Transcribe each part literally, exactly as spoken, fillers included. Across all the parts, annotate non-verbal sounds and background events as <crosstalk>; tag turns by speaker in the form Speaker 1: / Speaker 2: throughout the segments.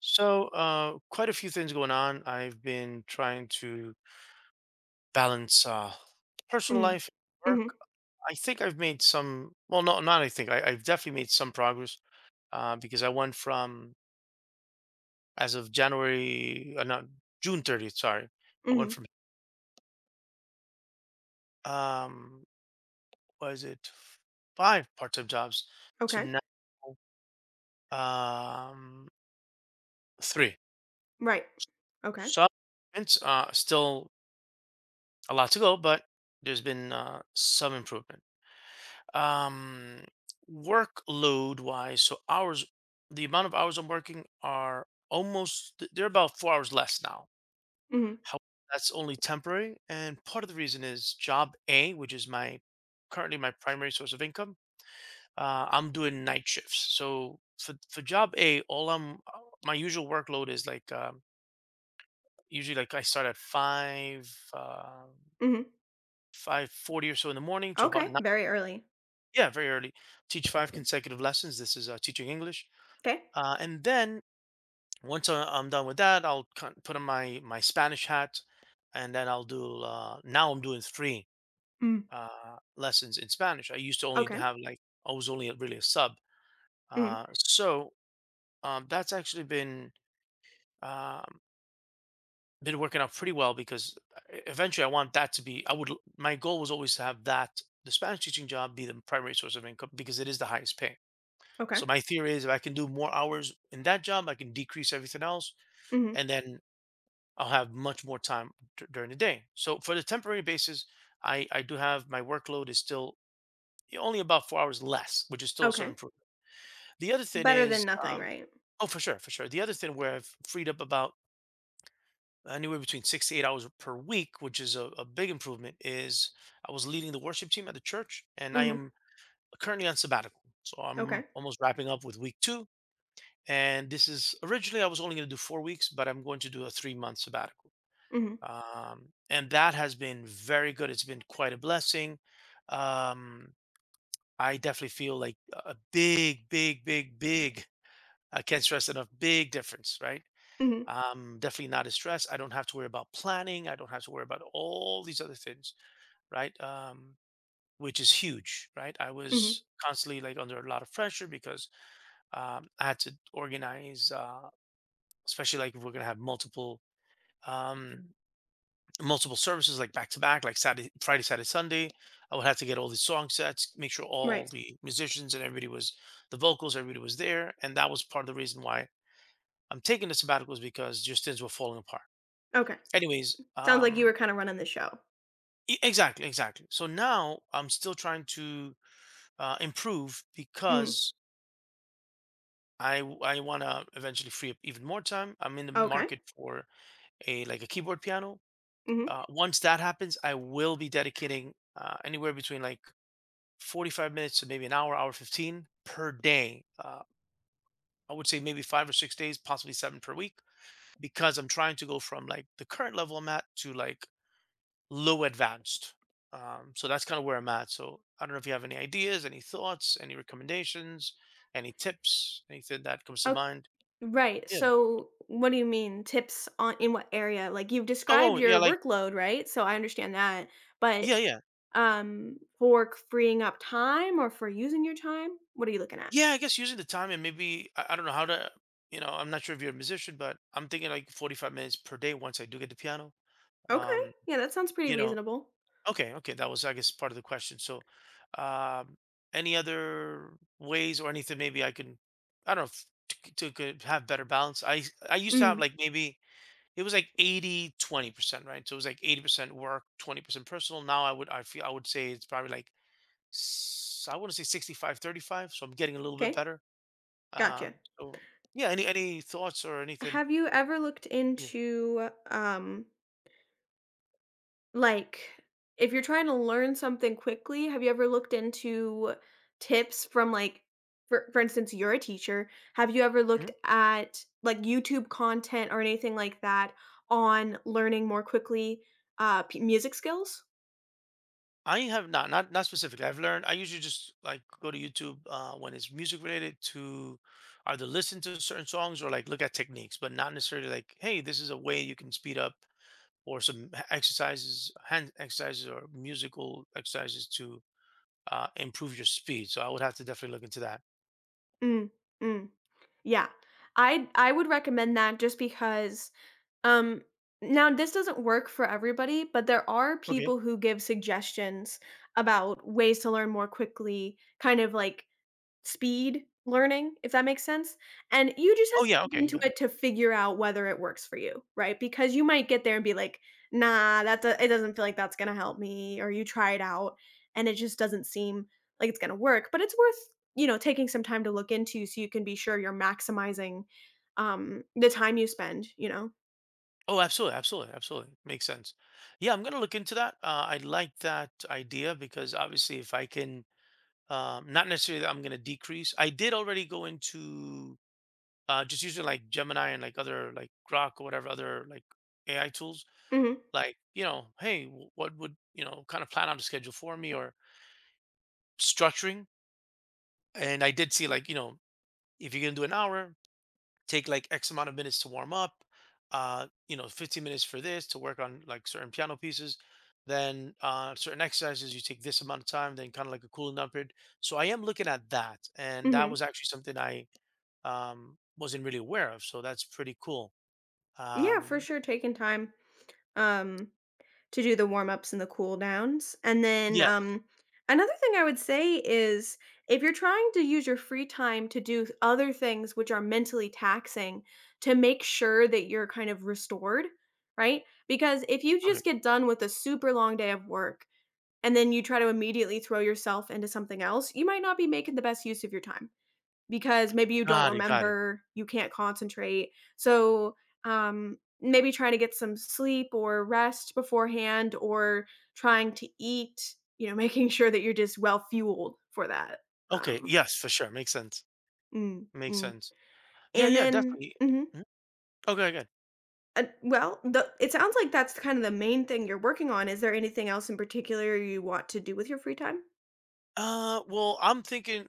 Speaker 1: So, uh, quite a few things going on. I've been trying to balance uh, personal
Speaker 2: Mm,
Speaker 1: life and work.
Speaker 2: mhm,
Speaker 1: I think I've made some, well, no, not I think. I, I've definitely made some progress uh, because I went from, as of January, uh, not June thirtieth, sorry. I went
Speaker 2: mhm.
Speaker 1: from, um, was it five part-time jobs to
Speaker 2: Okay.
Speaker 1: now um, three.
Speaker 2: Right. Okay.
Speaker 1: So, improvements, uh, still a lot to go, but there's been uh, some improvement. um Workload wise, so hours, the amount of hours I'm working are almost they're about four hours less now.
Speaker 2: Mhm,
Speaker 1: How That's only temporary, and part of the reason is job A, which is my currently my primary source of income. uh, I'm doing night shifts, so for, for job A, all I'm uh, my usual workload is like um, usually like I start at five uh,
Speaker 2: mhm.
Speaker 1: five forty or so in the morning to about
Speaker 2: Okay,
Speaker 1: nine.
Speaker 2: very early. early.
Speaker 1: Yeah, very early. Teach five consecutive lessons. This is uh, teaching English.
Speaker 2: 'Kay.
Speaker 1: Uh, and then once I- I'm done with that, I'll kin- put on my my Spanish hat, and then I'll do. Uh, now I'm doing three
Speaker 2: Mm.
Speaker 1: uh, lessons in Spanish. I used to only
Speaker 2: Okay.
Speaker 1: have like I was only a- really a sub.
Speaker 2: Mhm.
Speaker 1: Uh, so um, that's actually been um, been working out pretty well because e- eventually I want that to be. I would. L- My goal was always to have that the Spanish teaching job be the primary source of income because it is the highest pay.
Speaker 2: Okay.
Speaker 1: So my theory is, if I can do more hours in that job, I can decrease everything else,
Speaker 2: Mhm.
Speaker 1: and then I'll have much more time dur- during the day. So for the temporary basis, I I do have, my workload is still only about four hours less, which is still sort of
Speaker 2: Okay.
Speaker 1: improvement. The other thing
Speaker 2: Better than
Speaker 1: is,
Speaker 2: nothing,
Speaker 1: um,
Speaker 2: right?
Speaker 1: oh, for sure, for sure. The other thing where I've freed up about anywhere between six to eight hours per week, which is a, a big improvement, is I was leading the worship team at the church, and I
Speaker 2: Mhm.
Speaker 1: am currently on sabbatical, so I'm
Speaker 2: Okay.
Speaker 1: almost wrapping up with week two. And this is, originally I was only going to do four weeks, but I'm going to do a three month sabbatical.
Speaker 2: Mhm.
Speaker 1: Um, and that has been very good. It's been quite a blessing. Um, I definitely feel like a big, big, big, big, I can't stress enough, big difference, right?
Speaker 2: Mhm.
Speaker 1: Um, definitely not as stressed. I don't have to worry about planning. I don't have to worry about all these other things, right? Um, which is huge, right? I
Speaker 2: Mhm.
Speaker 1: was constantly like under a lot of pressure because um, I had to organize, uh, especially like if we're gonna have multiple um, multiple services like back to back, like Saturday, Friday, Saturday, Sunday. I would have to get all the song sets, make sure
Speaker 2: Right.
Speaker 1: all the musicians and everybody was, the vocals, everybody was there, and that was part of the reason why I'm taking the sabbatical, is because just things were falling apart.
Speaker 2: Okay. S
Speaker 1: Anyways,
Speaker 2: sounds like you
Speaker 1: um,
Speaker 2: were kinda running the show.
Speaker 1: e- exactly, exactly. So now I'm still trying to uh, improve
Speaker 2: Mhm.
Speaker 1: because I w- I want to eventually free up even more time. I'm in the
Speaker 2: Okay.
Speaker 1: market for a like a keyboard piano.
Speaker 2: Mhm.
Speaker 1: Uh, once that happens, I will be dedicating uh, anywhere between like forty-five minutes to maybe an hour, hour fifteen per day. Uh, I would say maybe five or six days, possibly seven per week, because I'm trying to go from like the current level I'm at to like low advanced. Um, so that's kind of where I'm at. So I don't know if you have any ideas, any thoughts, any recommendations, any tips, anything that comes to
Speaker 2: Oh
Speaker 1: mind.
Speaker 2: right,
Speaker 1: Yeah.
Speaker 2: so what do you mean tips on in what area? Like, you've
Speaker 1: Oh, oh
Speaker 2: described
Speaker 1: yeah.
Speaker 2: your
Speaker 1: Like,
Speaker 2: workload, right? So I understand that, but
Speaker 1: yeah, yeah.
Speaker 2: Um, for c freeing up time or for using your time? What are you looking at?
Speaker 1: Yeah, I guess using the time. And maybe, I, I don't know how to, you know, I'm not sure if you're a musician, but I'm thinking like forty-five minutes per day once I do get the piano.
Speaker 2: Okay.
Speaker 1: Um,
Speaker 2: Yeah, that sounds pretty
Speaker 1: you know,
Speaker 2: reasonable.
Speaker 1: Okay, okay, that was, I guess, part of the question. So, um, any other ways or anything maybe I can, I don't know, f- to, to could have better balance? I I used to have
Speaker 2: Mm.
Speaker 1: like maybe it was like eighty twenty percent, right? So it was like eighty percent work, twenty percent personal. Now I would I feel I would say it's probably like s- I want to say sixty-five thirty-five. So I'm getting a little bit
Speaker 2: Okay,
Speaker 1: better. Um,
Speaker 2: gotcha.
Speaker 1: so yeah, any any thoughts or anything?
Speaker 2: Have you ever looked
Speaker 1: Yeah.
Speaker 2: into, um, like, if you're trying to learn something quickly, have you ever looked into tips from, like for for instance, you're a teacher. Have you ever looked
Speaker 1: Mm-hmm.
Speaker 2: at, like, YouTube content or anything like that on learning more quickly, uh, p music skills?
Speaker 1: I have not, not not specifically. I've learned, I usually just like go to YouTube uh, when it's music related, to either listen to certain songs or like look at techniques, but not necessarily like, hey, this is a way you can speed up or some h- exercises, hand exercises or musical exercises to uh, improve your speed. So I would have to definitely look into that.
Speaker 2: Mm, mm, yeah. i I would recommend that just because, um now this doesn't work for everybody, but there are
Speaker 1: Okay.
Speaker 2: people who give suggestions about ways to learn more quickly, kind of like speed learning, if that makes sense, and you just have
Speaker 1: Oh yeah.
Speaker 2: to look
Speaker 1: Okay.
Speaker 2: into
Speaker 1: Got it.
Speaker 2: it to figure out whether it works for you, right? Because you might get there and be like, "Nah, that's do it doesn't feel like that's gonna help me," or you try it out and it just doesn't seem like it's gonna work, but it's worth, you know, taking some time to look into so you can be sure you're maximizing, um, the time you spend, you know?
Speaker 1: Oh, absolutely, absolutely, absolutely. Makes sense. Yeah, I'm gonna look into that. Uh, I like that idea because obviously, if I can um not necessarily that I'm going to decrease, I did already go into uh just using like Gemini and like other like Grok or whatever other like AI tools,
Speaker 2: Mhm,
Speaker 1: like you know hey, wh- what would, you know kind of plan out a schedule for me or structuring. And I did see, like, you know if you're going to do an hour, take like X amount of minutes to warm up, uh you know fifteen minutes for this, to work on like certain piano pieces, then uh certain exercises, you take this amount of time, then kind of like a cooling down period. So I am looking at that, and that
Speaker 2: mhm.
Speaker 1: was actually something I um, wasn't really aware of. So that's pretty cool.
Speaker 2: Yeah, for
Speaker 1: Um,
Speaker 2: sure, taking time, um to do the warm ups and the cool downs. And then
Speaker 1: yes.
Speaker 2: um, another thing I would say is if you're trying to use your free time to do other things which are mentally taxing, to make sure that you're kind of restored, right? Because if you
Speaker 1: Okay.
Speaker 2: just get done with a super long day of work and then you try to immediately throw yourself into something else, you might not be making the best use of your time. Because maybe you don't
Speaker 1: Got it. Got it.
Speaker 2: remember, you can't concentrate. So, um, maybe trying to get some sleep or rest beforehand or trying to eat, you know, <laughs> making sure that you're just well fueled for that.
Speaker 1: Okay.
Speaker 2: Um,
Speaker 1: Yes, for sure. Makes sense.
Speaker 2: mm,
Speaker 1: Makes
Speaker 2: mm.
Speaker 1: sense. Yeah.
Speaker 2: And
Speaker 1: Yeah.
Speaker 2: then
Speaker 1: Definitely.
Speaker 2: mhm.
Speaker 1: Mhm. Okay. Good.
Speaker 2: Uh, well, the it sounds like that's kind of the main thing you're working on. Is there anything else in particular you want to do with your free time?
Speaker 1: Uh, well, I'm thinking.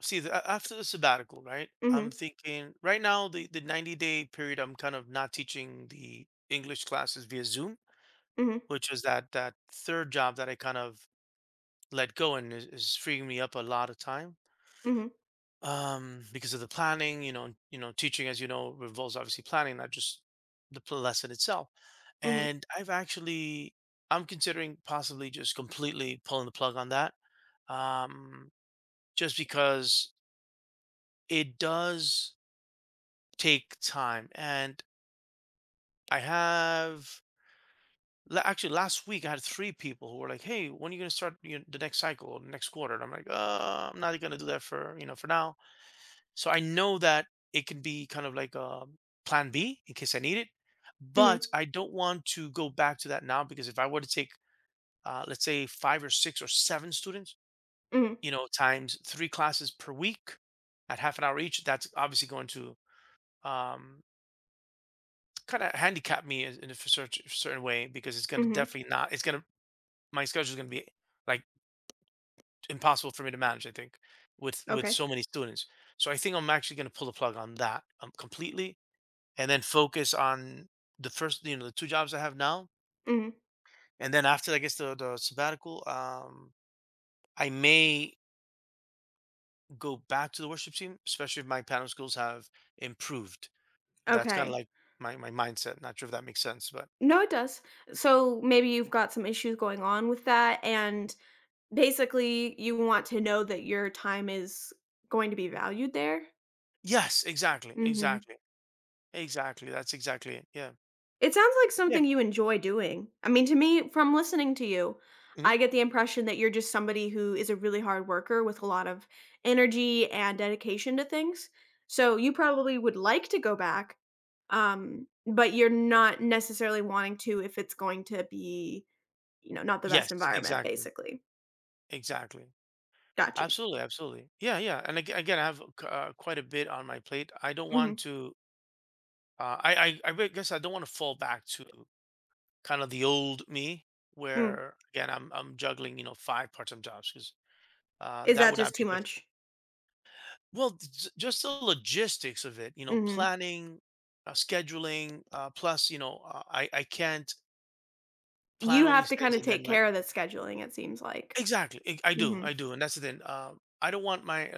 Speaker 1: See, the, a- after the sabbatical, right?
Speaker 2: Mhm.
Speaker 1: I'm thinking right now the the ninety day period. I'm kind of not teaching the English classes via Zoom,
Speaker 2: Mhm.
Speaker 1: which was that that third job that I kind of let go, and is, is freeing me up a lot of time.
Speaker 2: Mhm.
Speaker 1: Um because of the planning, you know you know teaching, as you know, revolves obviously planning, not just the pl- lesson itself.
Speaker 2: Mhm.
Speaker 1: And I've actually, I'm considering possibly just completely pulling the plug on that, um just because it does take time. And I have, la- actually last week I had three people who were like, hey, when are you going to start, you know, the next cycle or the next quarter? And I'm like, uh I'm not going to do that for, you know for now. So I know that it can be kind of like a plan B in case I need it,
Speaker 2: Mhm.
Speaker 1: but I don't want to go back to that now because if I were to take, uh, let's say, five or six or seven students,
Speaker 2: Mhm.
Speaker 1: you know, times three classes per week at half an hour each, that's obviously going to um, kind of handicap me in in a cer- certain way, because it's going to,
Speaker 2: Mhm.
Speaker 1: definitely not, it's going to, my schedule is going to be like impossible for me to manage, I think, with with
Speaker 2: Okay.
Speaker 1: so many students. So I think I'm actually going to pull the plug on that um, completely, and then focus on the first, you know, the two jobs I have now.
Speaker 2: Mhm.
Speaker 1: And then after, I guess, the the sabbatical, um, I may go back to the worship team, especially if my piano skills have improved. That's kind of
Speaker 2: Okay.
Speaker 1: like my my mindset. Not sure if that makes sense, but
Speaker 2: No, it does. So maybe you've got some issues going on with that, and basically you want to know that your time is going to be valued there?
Speaker 1: yes, exactly,
Speaker 2: Mhm.
Speaker 1: exactly, exactly. That's exactly it. Yeah,
Speaker 2: It sounds like
Speaker 1: yeah.
Speaker 2: something you enjoy doing. I mean, to me, from listening to you,
Speaker 1: Mhm.
Speaker 2: I get the impression that you're just somebody who is a really hard worker with a lot of energy and dedication to things. So you probably would like to go back, um, but you're not necessarily wanting to if it's going to be, you know, not the best
Speaker 1: Yes,
Speaker 2: environment,
Speaker 1: exactly,
Speaker 2: basically.
Speaker 1: exactly.
Speaker 2: Got you.
Speaker 1: Absolutely, absolutely. Yeah, yeah. And ag- again, I have c- uh, quite a bit on my plate. I don't want
Speaker 2: Mhm,
Speaker 1: to. Uh, I, I I guess I don't want to fall back to kind of the old me,
Speaker 2: mm.
Speaker 1: where again I'm I'm juggling, you know five part-time jobs, because uh,
Speaker 2: Is
Speaker 1: that
Speaker 2: that
Speaker 1: would
Speaker 2: just
Speaker 1: not
Speaker 2: too
Speaker 1: be good.
Speaker 2: much?
Speaker 1: Well, j- just the logistics of it, you know,
Speaker 2: Mhm.
Speaker 1: planning, uh, scheduling, uh, plus you know uh, I I can't plan
Speaker 2: You
Speaker 1: all
Speaker 2: have
Speaker 1: these
Speaker 2: to
Speaker 1: things,
Speaker 2: kinda
Speaker 1: and
Speaker 2: take
Speaker 1: then my,
Speaker 2: care of the scheduling, it seems like.
Speaker 1: exactly. I, I do,
Speaker 2: Mhm.
Speaker 1: I do and that's the thing. Um, I don't want my,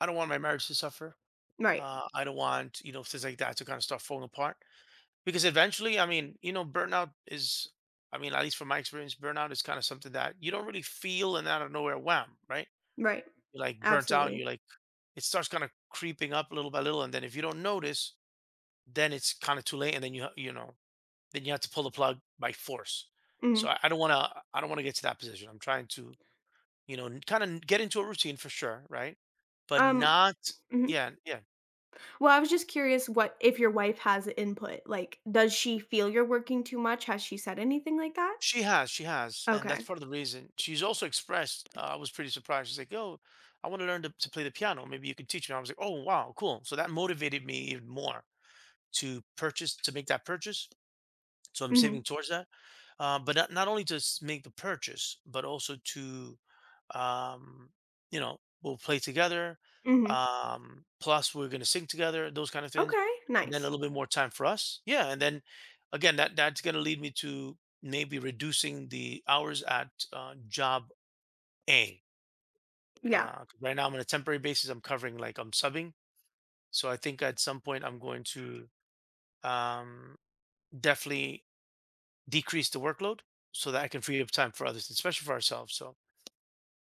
Speaker 1: I don't want my marriage to suffer.
Speaker 2: Right.
Speaker 1: Uh, I don't want, you know things like that to kind of start falling apart. Because eventually, I mean, you know, burnout is, I mean, at least from my experience, burnout is kind of something that you don't really feel, and out of nowhere, wham, right?
Speaker 2: Right.
Speaker 1: You're like burnt out.
Speaker 2: Absolutely.
Speaker 1: You're like, it starts kind of creeping up little by little. And then if you don't notice, then it's kind of too late. And then you, ha- you know, then you have to pull the plug by force.
Speaker 2: Mhm.
Speaker 1: So I I don't want to, I don't want to get to that position. I'm trying to, you know, kind of get into a routine for sure, right? But
Speaker 2: Um
Speaker 1: not,
Speaker 2: mhm.
Speaker 1: yeah, yeah.
Speaker 2: Well, I was just curious what if your wife has input, like, does she feel you're working too much? Has she said anything like that?
Speaker 1: She has, she has, and that's
Speaker 2: Okay.
Speaker 1: part of the reason. She's also expressed, uh, I was pretty surprised. She's like, "Oh, I want to learn to, to play the piano. Maybe you could teach me." I was like, "Oh, wow, cool." So that motivated me even more to purchase, to make that purchase. So I'm saving
Speaker 2: Mhm.
Speaker 1: towards that. Uh, but not, not only to s- make the purchase, but also to, um, you know, we'll play together.
Speaker 2: Mhm.
Speaker 1: Um, plus, we're going to sing together, those kind of things.
Speaker 2: Okay,
Speaker 1: And then a
Speaker 2: nice.
Speaker 1: little bit more time for us. Yeah. And then again, that that's going to lead me to maybe reducing the hours at uh, job A.
Speaker 2: Yeah.
Speaker 1: Uh, 'cause right now, I'm on a temporary basis. I'm covering like I'm subbing. So I think at some point, I'm going to um, definitely decrease the workload, so that I can free up time for others, especially for ourselves. So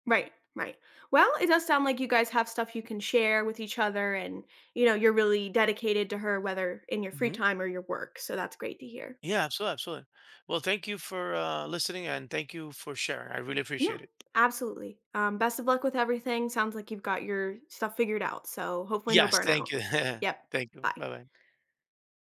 Speaker 2: Right, right. Well, it does sound like you guys have stuff you can share with each other and, you know, you're really dedicated to her whether in your free
Speaker 1: hmm,
Speaker 2: time or your work, so that's great to hear.
Speaker 1: yeah, absolutely, absolutely. Well, thank you for uh, listening, and thank you for sharing. I really
Speaker 2: Yeah,
Speaker 1: appreciate it.
Speaker 2: absolutely. Um, best of luck with everything. Sounds like you've got your stuff figured out, so hopefully no
Speaker 1: Yes,
Speaker 2: burnout.
Speaker 1: thank you. <laughs>
Speaker 2: Yep.
Speaker 1: Thank you.
Speaker 2: Bye.
Speaker 1: Bye bye.